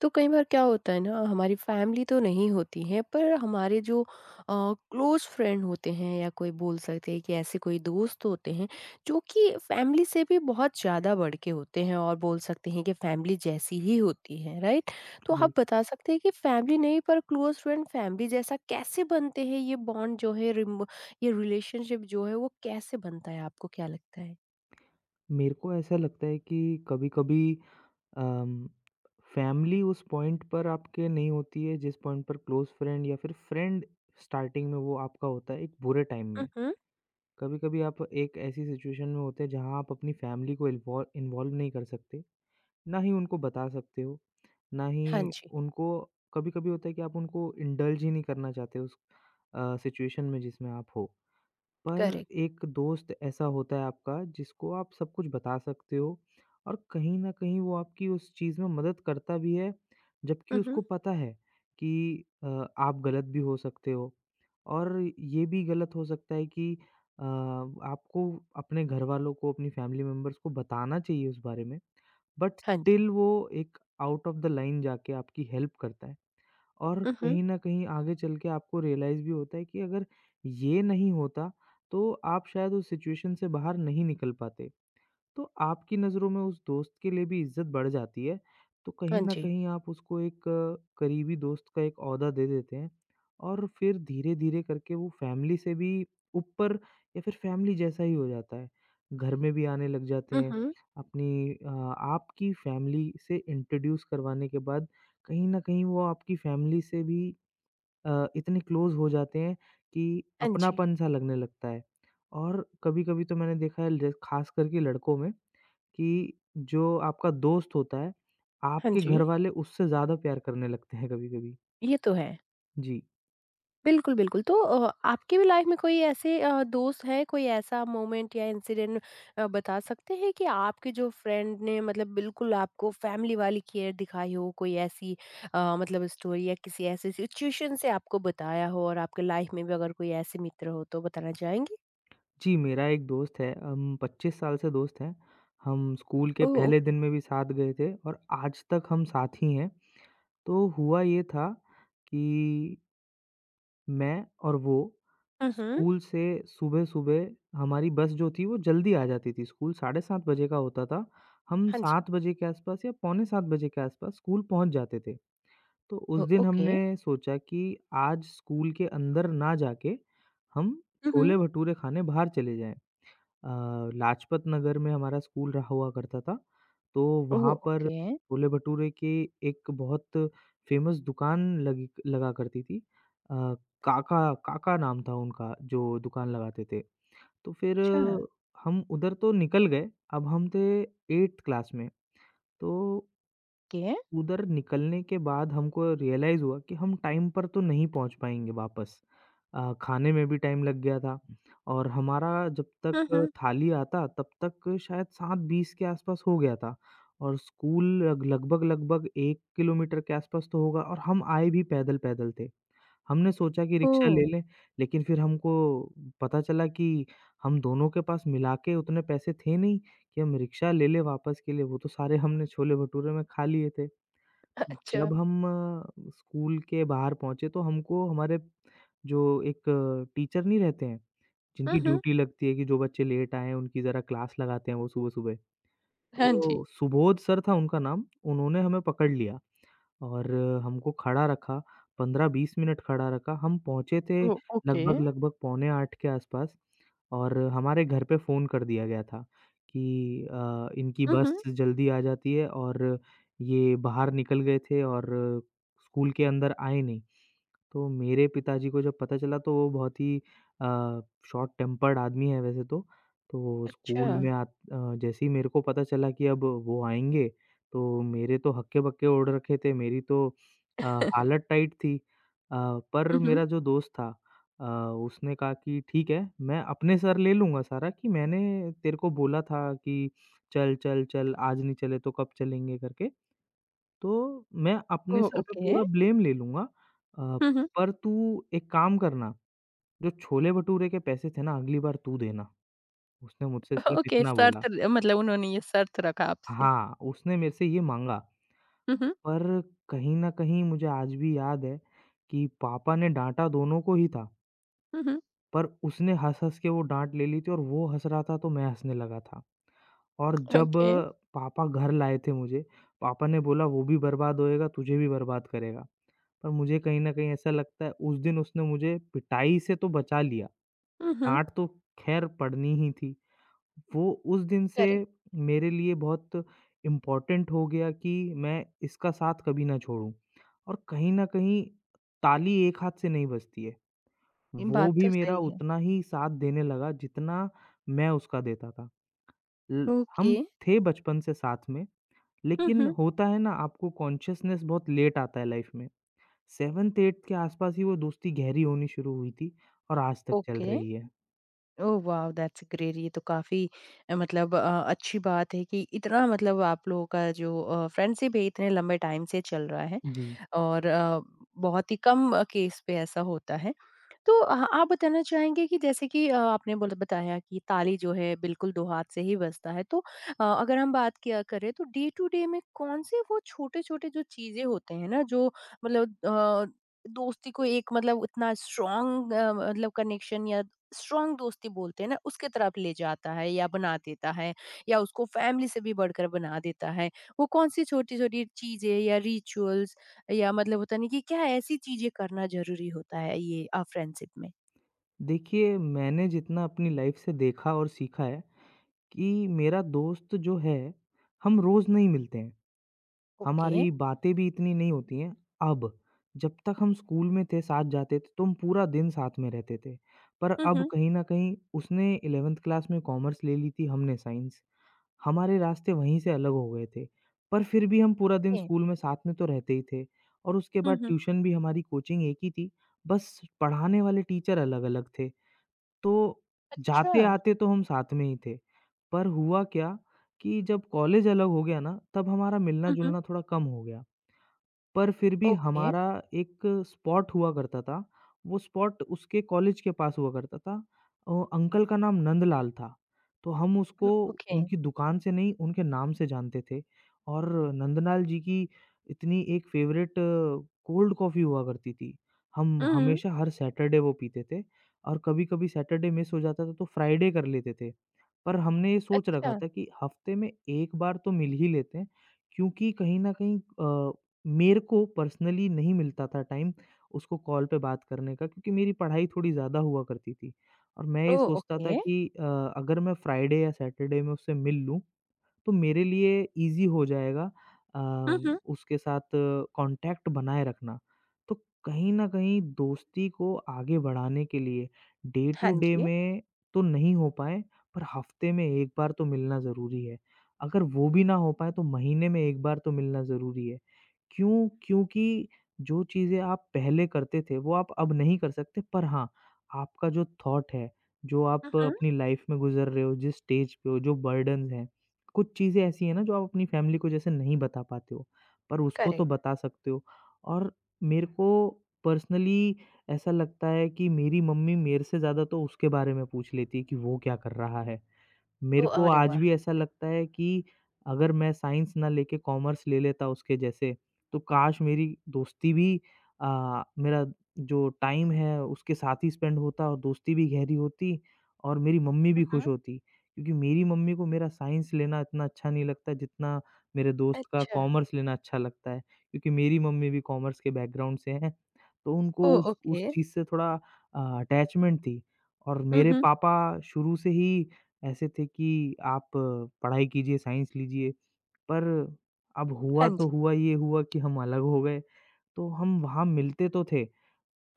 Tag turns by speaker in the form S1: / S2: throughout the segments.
S1: तो कई बार क्या होता है ना, हमारी फैमिली तो नहीं होती है, पर हमारे जो क्लोज फ्रेंड होते हैं या कोई बोल सकते हैं कि ऐसे कोई दोस्त होते हैं जो कि फैमिली से भी बहुत ज़्यादा बढ़ के होते हैं और बोल सकते हैं कि फैमिली जैसी ही होती है, राइट। तो
S2: नहीं,
S1: आप बता सकते हैं कि फैमिली नहीं, पर क्लोज फ्रेंड फैमिली जैसा कैसे बनते हैं, ये बॉन्ड जो है ये रिलेशनशिप जो है वो कैसे बनता है, आपको क्या लगता है?
S2: मेरे को ऐसा लगता है कि कभी-कभी अम, फैमिली उस पॉइंट पर आपके नहीं होती है, जिस पॉइंट पर क्लोज़ फ्रेंड या फिर फ्रेंड स्टार्टिंग में वो आपका होता है, एक बुरे टाइम में।
S1: हम्म।
S2: कभी-कभी आप एक ऐसी सिचुएशन में होते हैं जहाँ आप अपनी फैमिली को इल्वॉल इन्वॉल्व नहीं कर सकते, ना ही उनको बता सकते हो, ना
S1: हाँ
S2: ही
S1: जी।
S2: उनको। कभी-कभी होता है कि आप उनको इंडल्ज ही नहीं करना चाहते उस सिचुएशन में जिसमें आप हो। पर
S1: करेक्ट।
S2: एक दोस्त ऐसा होता है आपका, जिसको आप सब कुछ बता सकते हो, और कहीं ना कहीं वो आपकी उस चीज़ में मदद करता भी है, जबकि उसको
S1: हम्म।
S2: पता है कि अ, आप गलत भी हो सकते हो। और ये भी गलत हो सकता है कि आपको अपने घर वालों को, अपनी फैमिली मेम्बर्स को बताना चाहिए उस बारे में। बट
S1: हाँ जी।
S2: स्टिल वो एक आउट ऑफ द लाइन जाके आपकी हेल्प करता है। और
S1: हम्म।
S2: कहीं न कहीं आगे चल के आपको रियलाइज़ भी होता है कि अगर ये नहीं होता, तो आप शायद उस सिचुएशन से बाहर नहीं निकल पाते। तो आपकी नज़रों में उस दोस्त के लिए भी इज़्ज़त बढ़ जाती है, तो कहीं
S1: हाँ
S2: न
S1: जी।
S2: कहीं आप उसको एक करीबी दोस्त का एक ओहदा दे देते हैं, और फिर धीरे-धीरे करके वो फ़ैमिली से भी ऊपर, या फिर फ़ैमिली जैसा ही हो जाता है। घर में भी आने लग जाते हैं,
S1: हम्म।
S2: अपनी अ, आपकी फ़ैमिली से इंट्रोड्यूस करवाने के बाद कहीं न कहीं वो आपकी फ़ैमिली से भी इतने क्लोज़ हो जाते हैं कि
S1: हाँ जी,
S2: अपनापन-सा लगने लगता है। और कभी-कभी तो मैंने देखा है, ल ख़ास करके लड़कों में, कि जो आपका दोस्त होता है,
S1: हाँ
S2: आपके
S1: जी।
S2: घरवाले उससे ज़्यादा प्यार करने लगते हैं कभी-कभी।
S1: ये तो है।
S2: जी।
S1: बिल्कुल, बिल्कुल। तो आपकी भी लाइफ़ में कोई ऐसे दोस्त है, कोई ऐसा मोमेंट या इंसिडेंट बता सकते हैं कि आपके जो फ्रेंड ने मतलब बिल्कुल आपको फैमिली वाली केयर दिखाई हो? कोई ऐसी मतलब स्टोरी या किसी ऐसे सिचुएशन से आपको बताया हो, और आपके लाइफ़ में भी अगर कोई ऐसे मित्र हो तो बताना चाहेंगी?
S2: जी, मेरा एक दोस्त है, हम 25 साल से दोस्त हैं। हम स्कूल के
S1: ओह!
S2: पहले
S1: ओके।
S2: दिन में भी साथ गए थे, और आज तक हम साथ ही हैं। तो हुआ ये था कि मैं और वो
S1: हुँ, हुँ।
S2: स्कूल से सुबह-सुबह, हमारी बस जो थी वो जल्दी आ जाती थी। स्कूल 7:30 बजे का होता था। हम
S1: हाँ जी।
S2: 7 बजे के आस-पास या पौने 7 बजे के आस-पास स्कूल पहुँच जाते थे। तो उस
S1: ओ
S2: दिन
S1: ओके।
S2: हमने सोचा कि आज स्कूल के अंदर ना जाके हम
S1: हुँ, हुँ।
S2: छोले-भटूरे खाने बाहर चले जाएँ। अ, लाजपत नगर में हमारा स्कूल रहा हुआ करता था, तो
S1: ओह!
S2: वहाँ पर
S1: ओके।
S2: छोले-भटूरे की एक बहुत फ़ेमस दुकान लगी लगा करती थी। अ, काका, काका नाम था उनका जो दुकान लगाते थे। तो फिर
S1: अच्छा।
S2: हम उधर तो निकल गए, अब हम थे 8th क्लास में। तो
S1: के
S2: उधर निकलने के बाद हमको रियलाइज़ हुआ कि हम टाइम पर तो नहीं पहुँच पाएँगे वापस। खाने में भी टाइम लग गया था, और हमारा, जब
S1: हुँ,
S2: तक
S1: हुँ।
S2: थाली आता तब तक शायद 7:20 के आसपास हो गया था। और स्कूल लग लगभग-लगभग 1 किलोमीटर के आसपास तो होगा, और हम आए भी पैदल-पैदल थे। हमने सोचा कि रिक्शा
S1: ओह!
S2: ले लें, लेकिन फिर हमको पता चला कि हम दोनों के पास मिला के उतने पैसे थे नहीं कि हम रिक्शा ले लें वापस के लिए, वो तो सारे हमने छोले-भटूरे में खा लिए थे।
S1: अच्छा।
S2: जब हम स्कूल के बाहर पहुँचे, तो हमको हमारे जो एक टीचर नहीं रहते हैं,
S1: हुँ,
S2: जिनकी
S1: हुँ।
S2: ड्यूटी लगती है कि जो बच्चे लेट आए हैं उनकी ज़रा क्लास लगाते हैं वो सुबह-सुबह,
S1: हाँ जी।
S2: तो सुबोध सर था उनका नाम, उन्होंने हमें पकड़ लिया। और हमको खड़ा रखा, 15-20 मिनट खड़ा रखा। हम पहुँचे थे
S1: ओह! ओके।
S2: लगभग-लगभग पौने 8 के आसपास, और हमारे घर पे फ़ोन कर दिया गया था कि इनकी
S1: हुँ,
S2: बस
S1: हुँ।
S2: जल्दी आ जाती है, और ये बाहर निकल गए थे और स्कूल के अंदर आए नहीं। तो मेरे पिताजी को जब पता चला, तो वो बहुत ही अ, शॉर्ट टेम्पर्ड आदमी है वैसे तो। तो
S1: अच्छा।
S2: स्कूल में जैसे ही मेरे को पता चला कि अब वो आएँगे, तो मेरे तो हक्के-बक्के ओढ़ रखे थे, मेरी तो अ, हालत टाइट थी। पर
S1: हुँ,
S2: हुँ।
S1: हुँ।
S2: मेरा जो दोस्त था, अ, उसने कहा कि ठीक है, मैं अपने सर ले लूँगा सारा कि मैंने तेरे को बोला था कि चल, चल, चल आज नहीं चले तो कब चलेंगे करके। तो मैं अपने
S1: ओह!
S2: सर पे
S1: ओके।
S2: पूरा ब्लेम ले लूँगा, अ,
S1: हुँ, हुँ।
S2: पर तू एक काम करना, जो छोले-भटूरे के पैसे थे ना अगली बार तू देना। उसने मुझसे सिर्फ़
S1: ओके,
S2: इतना बोला।
S1: शर्त र मतलब उन्होंने ये शर्त रखा आपसे।
S2: हाँ, उसने मेरे से ये माँगा।
S1: हुँ, हुँ।
S2: पर कहीं न कहीं मुझे आज भी याद है कि पापा ने डाँटा दोनों को ही था,
S1: हुँ, हुँ।
S2: पर उसने हँस-हँस के वो डाँट ले ली थी, और वो हँस रहा था तो मैं हँसने लगा था। और जब
S1: ओके।
S2: पापा घर लाए थे मुझे, पापा ने बोला वो भी बर्बाद होएगा, तुझे भी बर्बाद करेगा। पर मुझे कहीं न कहीं ऐसा लगता है उस दिन उसने मुझे पिटाई से तो बचा लिया,
S1: हुँ, हुँ।
S2: डाँट तो ख़ैर पड़नी ही थी। वो उस दिन से
S1: करेक्ट,
S2: मेरे लिए बहुत इम्पोर्टेंट हो गया कि मैं इसका साथ कभी ना छोड़ूँ, और कहीं न कहीं ताली एक हाथ से नहीं बजती है।
S1: ये
S2: वो
S1: बात
S2: भी
S1: तो
S2: मेरा
S1: सही है।
S2: उतना ही साथ देने लगा जितना मैं उसका देता था। ल
S1: ओके।
S2: हम थे बचपन से साथ में,
S1: हुँ,
S2: लेकिन
S1: हुँ।
S2: होता है ना, आपको कॉन्शसनेस बहुत लेट आता है लाइफ़ में। 7th-8th के आस-पास ही वो दोस्ती गहरी होनी शुरू हुई थी, और आज तक चल
S1: ओके।
S2: रही है।
S1: Oh wow! That's great. ये तो काफ़ी मतलब अच्छी बात है कि इतना मतलब आप लोगों का जो फ्रेंडशिप है, इतने लंबे टाइम से चल रहा है,
S2: जी।
S1: और बहुत ही कम केस पे ऐसा होता है। तो आप बताना चाहेंगे कि जैसे कि आपने बोला बताया कि ताली जो है बिल्कुल 2 हाथ से ही बजता है। तो अगर हम बात किया करें तो डे टू डे में कौन-से वो छोटे-छोटे जो चीज़ें होते हैं ना, जो मतलब दोस्ती को एक मतलब इतना स्ट्रॉन्ग मतलब कनेक्शन या स्ट्रॉन्ग दोस्ती बोलते हैं ना, उसके तरफ ले जाता है या बना देता है, या उसको फैमिली से भी बढ़कर बना देता है। वो कौन-सी छोटी-छोटी चीज़ें या रिचुअल्स या मतलब होता नहीं कि क्या ऐसी चीज़ें करना ज़रूरी होता है ये फ्रेंडशिप में?
S2: देखिए, मैंने जितना अपनी लाइफ़ से देखा और सीखा है कि मेरा दोस्त जो है, हम रोज़ नहीं मिलते हैं।
S1: ओके।
S2: हमारी बातें भी इतनी नहीं होती हैं अब। जब तक हम स्कूल में थे, साथ जाते थे, तो हम पूरा दिन साथ में रहते थे। पर
S1: हुँ,
S2: अब
S1: हुँ।
S2: कहीं न कहीं उसने 11th क्लास में कॉमर्स ले ली थी, हमने साइंस। हमारे रास्ते वहीं से अलग हो गए थे। पर फिर भी हम पूरा दिन
S1: ए
S2: स्कूल में साथ में तो रहते ही थे, और उसके
S1: हुँ,
S2: बाद
S1: हुँ।
S2: ट्यूशन भी हमारी कोचिंग एक ही थी, बस पढ़ाने वाले टीचर अलग-अलग थे। तो
S1: अच्छा।
S2: जाते-आते तो हम साथ में ही थे। पर हुआ क्या कि जब कॉलेज अलग हो गया ना, तब हमारा
S1: हुँ, हुँ।
S2: मिलना-जुलना थोड़ा कम हो गया। पर फिर भी
S1: ओके,
S2: हमारा एक स्पॉट हुआ करता था, वो स्पॉट उसके कॉलेज के पास हुआ करता था। अंकल का नाम नंदलाल था, तो हम उसको
S1: ओके।
S2: उनकी दुकान से नहीं, उनके नाम से जानते थे, और नंदलाल जी की इतनी एक फ़ेवरेट कोल्ड कॉफ़ी हुआ करती थी। हम
S1: हुँ, हुँ।
S2: हमेशा हर सैटरडे वो पीते थे, और कभी-कभी सैटरडे मिस हो जाता था तो फ्राइडे कर लेते थे। पर हमने ये सोच रखा
S1: अच्छा,
S2: था कि हफ़्ते में 1 बार तो मिल ही लेते हैं, क्योंकि कहीं न कहीं मेरे को पर्सनली नहीं मिलता था टाइम उसको कॉल पे बात करने का, क्योंकि मेरी पढ़ाई थोड़ी ज़्यादा हुआ करती थी, और मैं ये
S1: ओह!
S2: सोचता
S1: ओके।
S2: था कि अगर मैं फ्राइडे या सैटरडे में उससे मिल लूँ तो मेरे लिए ईज़ी हो जाएगा अ,
S1: हुँ, हुँ।
S2: उसके साथ कॉन्टैक्ट बनाए रखना। तो कहीं न कहीं दोस्ती को आगे बढ़ाने के लिए डे टू
S1: हाँ
S2: डे
S1: जी।
S2: में तो नहीं हो पाए, पर हफ़्ते में 1 बार तो मिलना ज़रूरी है। अगर वो भी ना हो पाए तो महीने में 1 बार तो मिलना ज़रूरी है। क्यों? क्योंकि जो चीज़ें आप पहले करते थे वो आप अब नहीं कर सकते, पर हाँ, आपका जो थॉट है, जो
S1: हुँ,
S2: आप
S1: हुँ।
S2: अपनी लाइफ़ में गुज़र रहे हो, जिस स्टेज पे हो, जो बर्डन्स हैं, कुछ चीज़ें ऐसी हैं ना जो आप अपनी फैमिली को जैसे नहीं बता पाते हो, पर उसको तो
S1: करेक्ट।
S2: बता सकते हो। और मेरे को पर्सनली ऐसा लगता है कि मेरी मम्मी मेरे से ज़्यादा तो उसके बारे में पूछ लेती है कि वो क्या कर रहा है। मेरे
S1: ओह!
S2: को
S1: अरे
S2: आज
S1: वाह!
S2: भी ऐसा लगता है कि अगर मैं साइंस ना लेके कॉमर्स ले लेता उसके जैसे, तो काश मेरी दोस्ती भी, मेरा जो टाइम है उसके साथ ही स्पेंड होता और दोस्ती भी गहरी होती, और मेरी मम्मी
S1: हुँ,
S2: भी खुश
S1: हुँ।
S2: होती। क्योंकि मेरी मम्मी को मेरा साइंस लेना इतना अच्छा नहीं लगता जितना मेरे दोस्त का
S1: अच्छा,
S2: कॉमर्स लेना अच्छा लगता है। क्योंकि मेरी मम्मी भी कॉमर्स के बैकग्राउंड से हैं, तो उनको
S1: ओह!
S2: उस
S1: ओके।
S2: उस चीज़ से थोड़ा अटैचमेंट थी, और
S1: हुँ,
S2: मेरे
S1: हुँ।
S2: पापा शुरू से ही ऐसे थे कि आप पढ़ाई कीजिए, साइंस लीजिए। पर अब
S1: हाँ
S2: हुआ तो
S1: जी।
S2: हुआ, ये हुआ कि हम अलग हो गए। तो हम वहाँ मिलते तो थे,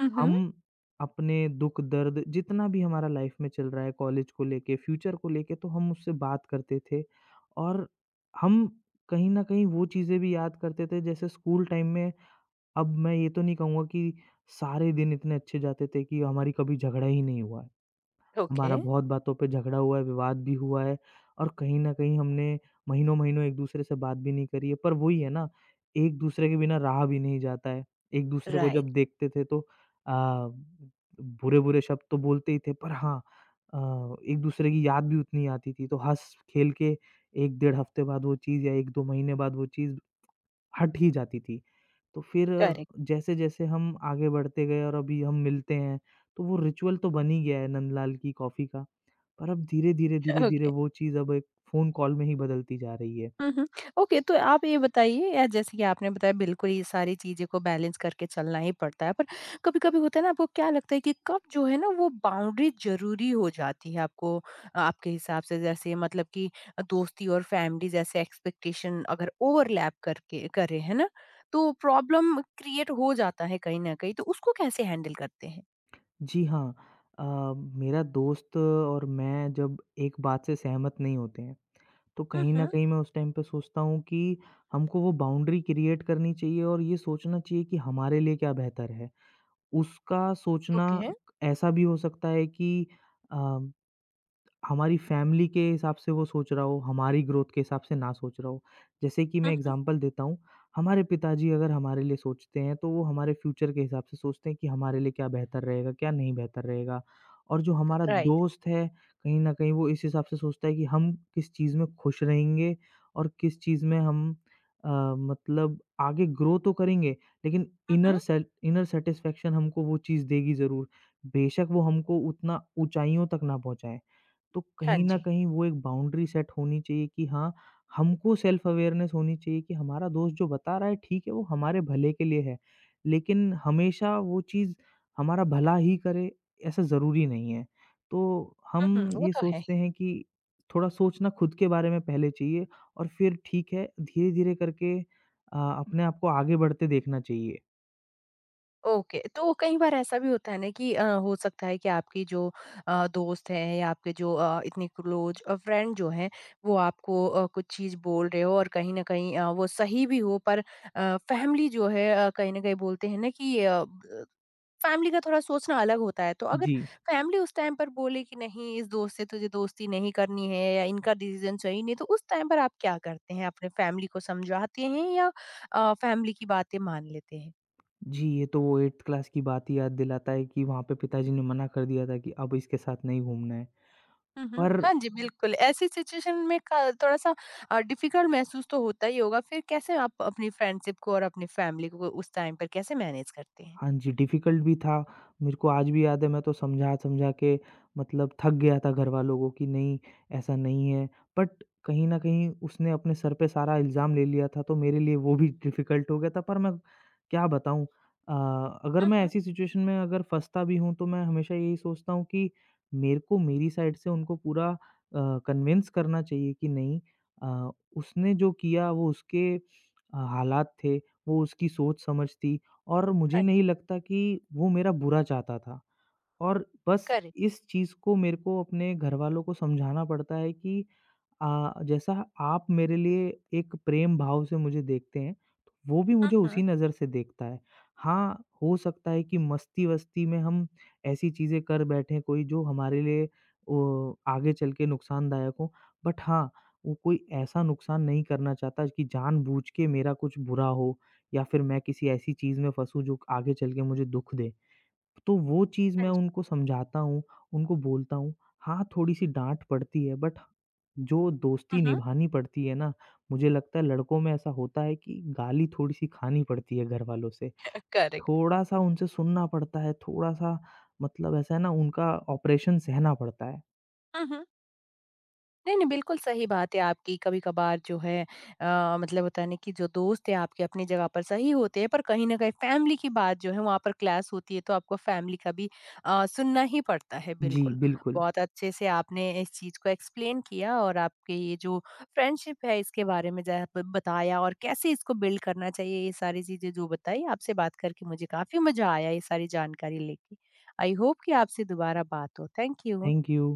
S1: हुँ, हुँ।
S2: हम अपने दुःख-दर्द जितना भी हमारा लाइफ में चल रहा है कॉलेज को लेके, फ्यूचर को लेके, तो हम उससे बात करते थे, और हम कहीं न कहीं वो चीज़ें भी याद करते थे जैसे स्कूल टाइम में। अब मैं ये तो नहीं कहूँगा कि सारे दिन इतने अच्छे जाते थे कि हमारी कभी झगड़ा ही नहीं हुआ है।
S1: ओके,
S2: हमारा बहुत बातों पे झगड़ा हुआ है, विवाद भी हुआ है, और कहीं न कहीं हमने महीनों-महीनों एक-दूसरे से बात भी नहीं करी है। पर वही है ना, एक-दूसरे के बिना रहा भी नहीं जाता है। एक-दूसरे को
S1: राइट,
S2: जब देखते थे तो अ, बुरे-बुरे शब्द तो बोलते ही थे, पर हाँ, एक-दूसरे की याद भी उतनी आती थी। तो हँस-खेल के 1 डेढ़ हफ्ते बाद वो चीज़ या 1-2 महीने बाद वो चीज़ हट ही जाती थी। तो फिर
S1: करेक्ट,
S2: जैसे-जैसे हम आगे बढ़ते गए और अभी हम मिलते हैं, तो वो रिचुअल तो बन ही गया है नंदलाल की कॉफ़ी का। पर अब धीरे-धीरे, धीरे-धीरे
S1: ओके।
S2: वो चीज़ अब एक फ़ोन कॉल में ही बदलती जा रही है।
S1: हुँ, हुँ। ओके, तो आप ये बताइए, या जैसे कि आपने बताया, बिल्कुल ये सारी चीज़ें को बैलेंस करके चलना ही पड़ता है, पर कभी-कभी होता है ना, आपको क्या लगता है कि कब जो है ना वो बाउंड्री ज़रूरी हो जाती है, आपको आपके हिसाब से? जैसे मतलब कि दोस्ती और फैमिली जैसे एक्सपेक्टेशन अगर ओवरलैप करके करे, है ना? तो प्रॉब्लम क्रिएट हो जाता है कहीं न कहीं, तो उसको कैसे हैंडल करते हैं?
S2: जी हाँ, अ, मेरा दोस्त और मैं जब एक बात से सहमत नहीं होते हैं, तो
S1: हुँ,
S2: कहीं न
S1: हुँ।
S2: कहीं मैं उस टाइम पे सोचता हूँ कि हमको वो बाउंड्री क्रिएट करनी चाहिए और ये सोचना चाहिए कि हमारे लिए क्या बेहतर है। उसका सोचना
S1: ओके।
S2: ऐसा भी हो सकता है कि अ हमारी फैमिली के हिसाब से वो सोच रहा हो, हमारी ग्रोथ के हिसाब से ना सोच रहा हो। जैसे कि मैं
S1: हुँ, हुँ।
S2: एग्ज़ाम्पल देता हूँ, हमारे पिताजी अगर हमारे लिए सोचते हैं, तो वो हमारे फ्यूचर के हिसाब से सोचते हैं कि हमारे लिए क्या बेहतर रहेगा, क्या नहीं बेहतर रहेगा। और जो
S1: क
S2: हमारा
S1: राइट।
S2: दोस्त है, कहीं न कहीं वो इस हिसाब से सोचता है कि हम किस चीज़ में खुश रहेंगे और किस चीज़ में हम अ, मतलब आगे ग्रो तो करेंगे, लेकिन
S1: हुँ, हुँ।
S2: इनर सैटिस्फैक्शन हमको वो चीज़ देगी ज़रूर। बेशक वो हमको उतना ऊँचाइयों तक ना पहुँचाए। तो
S1: हाँ
S2: कहीं न
S1: जी।
S2: कहीं वो एक बाउंड्री सेट होनी चाहिए कि हाँ, हमको सेल्फ अवेयरनेस होनी चाहिए कि हमारा दोस्त जो बता रहा है ठीक है, वो हमारे भले के लिए है। लेकिन हमेशा वो चीज़ हमारा भला ही करे ऐसा ज़रूरी नहीं है। तो हम
S1: हुँ, हुँ। वो
S2: ये
S1: तो है।
S2: सोचते हैं कि थोड़ा सोचना खुद के बारे में पहले चाहिए और फिर ठीक है धीरे-धीरे करके अपने आप को आगे बढ़ते देखना चाहिए।
S1: ओके, तो कई बार ऐसा भी होता है ना कि हो सकता है कि आपकी जो दोस्त है या आपके जो इतने क्लोज फ्रेंड जो हैं, वो आपको कुछ चीज़ बोल रहे हो और कहीं ना कहीं वो सही भी हो, पर फैमिली जो है कहीं ना कहीं बोलते हैं ना कि फैमिली का थोड़ा सोचना अलग होता है। तो अगर
S2: जी।
S1: फैमिली उस टाइम पर बोले कि नहीं, इस दोस्त से तुझे दोस्ती नहीं करनी है या इनका डिसीजन सही नहीं, तो उस टाइम पर आप क्या करते हैं, अपने फैमिली को समझाते हैं या फैमिली की बातें मान लेते हैं?
S2: जी, ये तो वो 8th क्लास की बात ही याद दिलाता है कि वहाँ पे पिताजी ने मना कर दिया था कि अब इसके साथ नहीं घूमना है।
S1: हुँ, हुँ।
S2: पर
S1: हाँ जी, बिल्कुल। ऐसी सिचुएशन में का थोड़ा-सा डिफ़िकल्ट महसूस तो होता ही होगा। फिर कैसे आप अपनी फ्रेंडशिप को और अपनी फैमिली को उस टाइम पर कैसे मैनेज करते हैं?
S2: हाँ जी, डिफ़िकल्ट भी था। मेरे को आज भी याद है, मैं तो समझा-समझा के मतलब थक गया था घरवालों को कि नहीं, ऐसा नहीं है। बट कहीं न कहीं उसने अपने सर पे सारा इल्ज़ाम ले लिया था, तो मेरे लिए वो भी डिफ़िकल्ट हो गया था। पर मैं क्या बताऊँ, अ, अगर
S1: हुँ,
S2: मैं
S1: हुँ।
S2: ऐसी सिचुएशन में अगर फँसता भी हूँ तो मैं हमेशा यही सोचता हूँ कि मेरे को मेरी साइड से उनको पूरा कन्विंस करना चाहिए कि नहीं, अ, उसने जो किया वो उसके हालात थे, वो उसकी सोच-समझ थी। और मुझे
S1: हाँ जी,
S2: नहीं लगता कि वो मेरा बुरा चाहता था। और बस
S1: करेक्ट।
S2: इस चीज़ को मेरे को अपने घरवालों को समझाना पड़ता है कि जैसा आप मेरे लिए एक प्रेम भाव से मुझे देखते हैं, तो वो भी
S1: हुँ,
S2: मुझे उसी
S1: हुँ।
S2: नज़र से देखता है। हाँ, हो सकता है कि मस्ती-वस्ती में हम ऐसी चीज़ें कर बैठें कोई, जो हमारे लिए ओ, आगे चल के नुकसानदायक हो, बट हाँ, वो कोई ऐसा नुकसान नहीं करना चाहता कि जानबूझ के मेरा कुछ बुरा हो या फिर मैं किसी ऐसी चीज़ में फँसूँ जो आगे चल के मुझे दुःख दे। तो वो चीज़ मैं
S1: हाँ जी।
S2: उनको समझाता हूँ, उनको बोलता हूँ। हाँ, थोड़ी-सी डाँट पड़ती है, बट जो दोस्ती
S1: हुँ, हुँ।
S2: निभानी पड़ती है ना, मुझे लगता है लड़कों में ऐसा होता है कि गाली थोड़ी-सी खानी पड़ती है घरवालों से।
S1: करेक्ट।
S2: थोड़ा-सा उनसे सुनना पड़ता है, थोड़ा-सा मतलब ऐसा है ना, उनका ऑपरेशन सहना पड़ता है।
S1: हुँ, हुँ। नहीं, नहीं, बिल्कुल सही बात है आपकी। कभी-कभार जो है मतलब होता है ना कि जो दोस्त है आपके अपनी जगह पर सही होते हैं, पर कहीं न कहीं फैमिली की बात जो है वहाँ पर क्लैश होती है, तो आपको फैमिली का भी सुनना ही पड़ता है,
S2: जी,
S1: बिल्कुल।
S2: बिल्कुल।
S1: बहुत अच्छे से आपने इस चीज़ को एक्सप्लेन किया, और आपके ये जो फ्रेंडशिप है इसके बारे में जो है ब बताया और कैसे इसको बिल्ड करना चाहिए, ये सारी चीज़ें जो बताई, आपसे बात करके मुझे काफ़ी मज़ा आया ये सारी जानकारी लेके। आई होप कि आपसे दोबारा बात हो। Thank you.
S2: Thank you.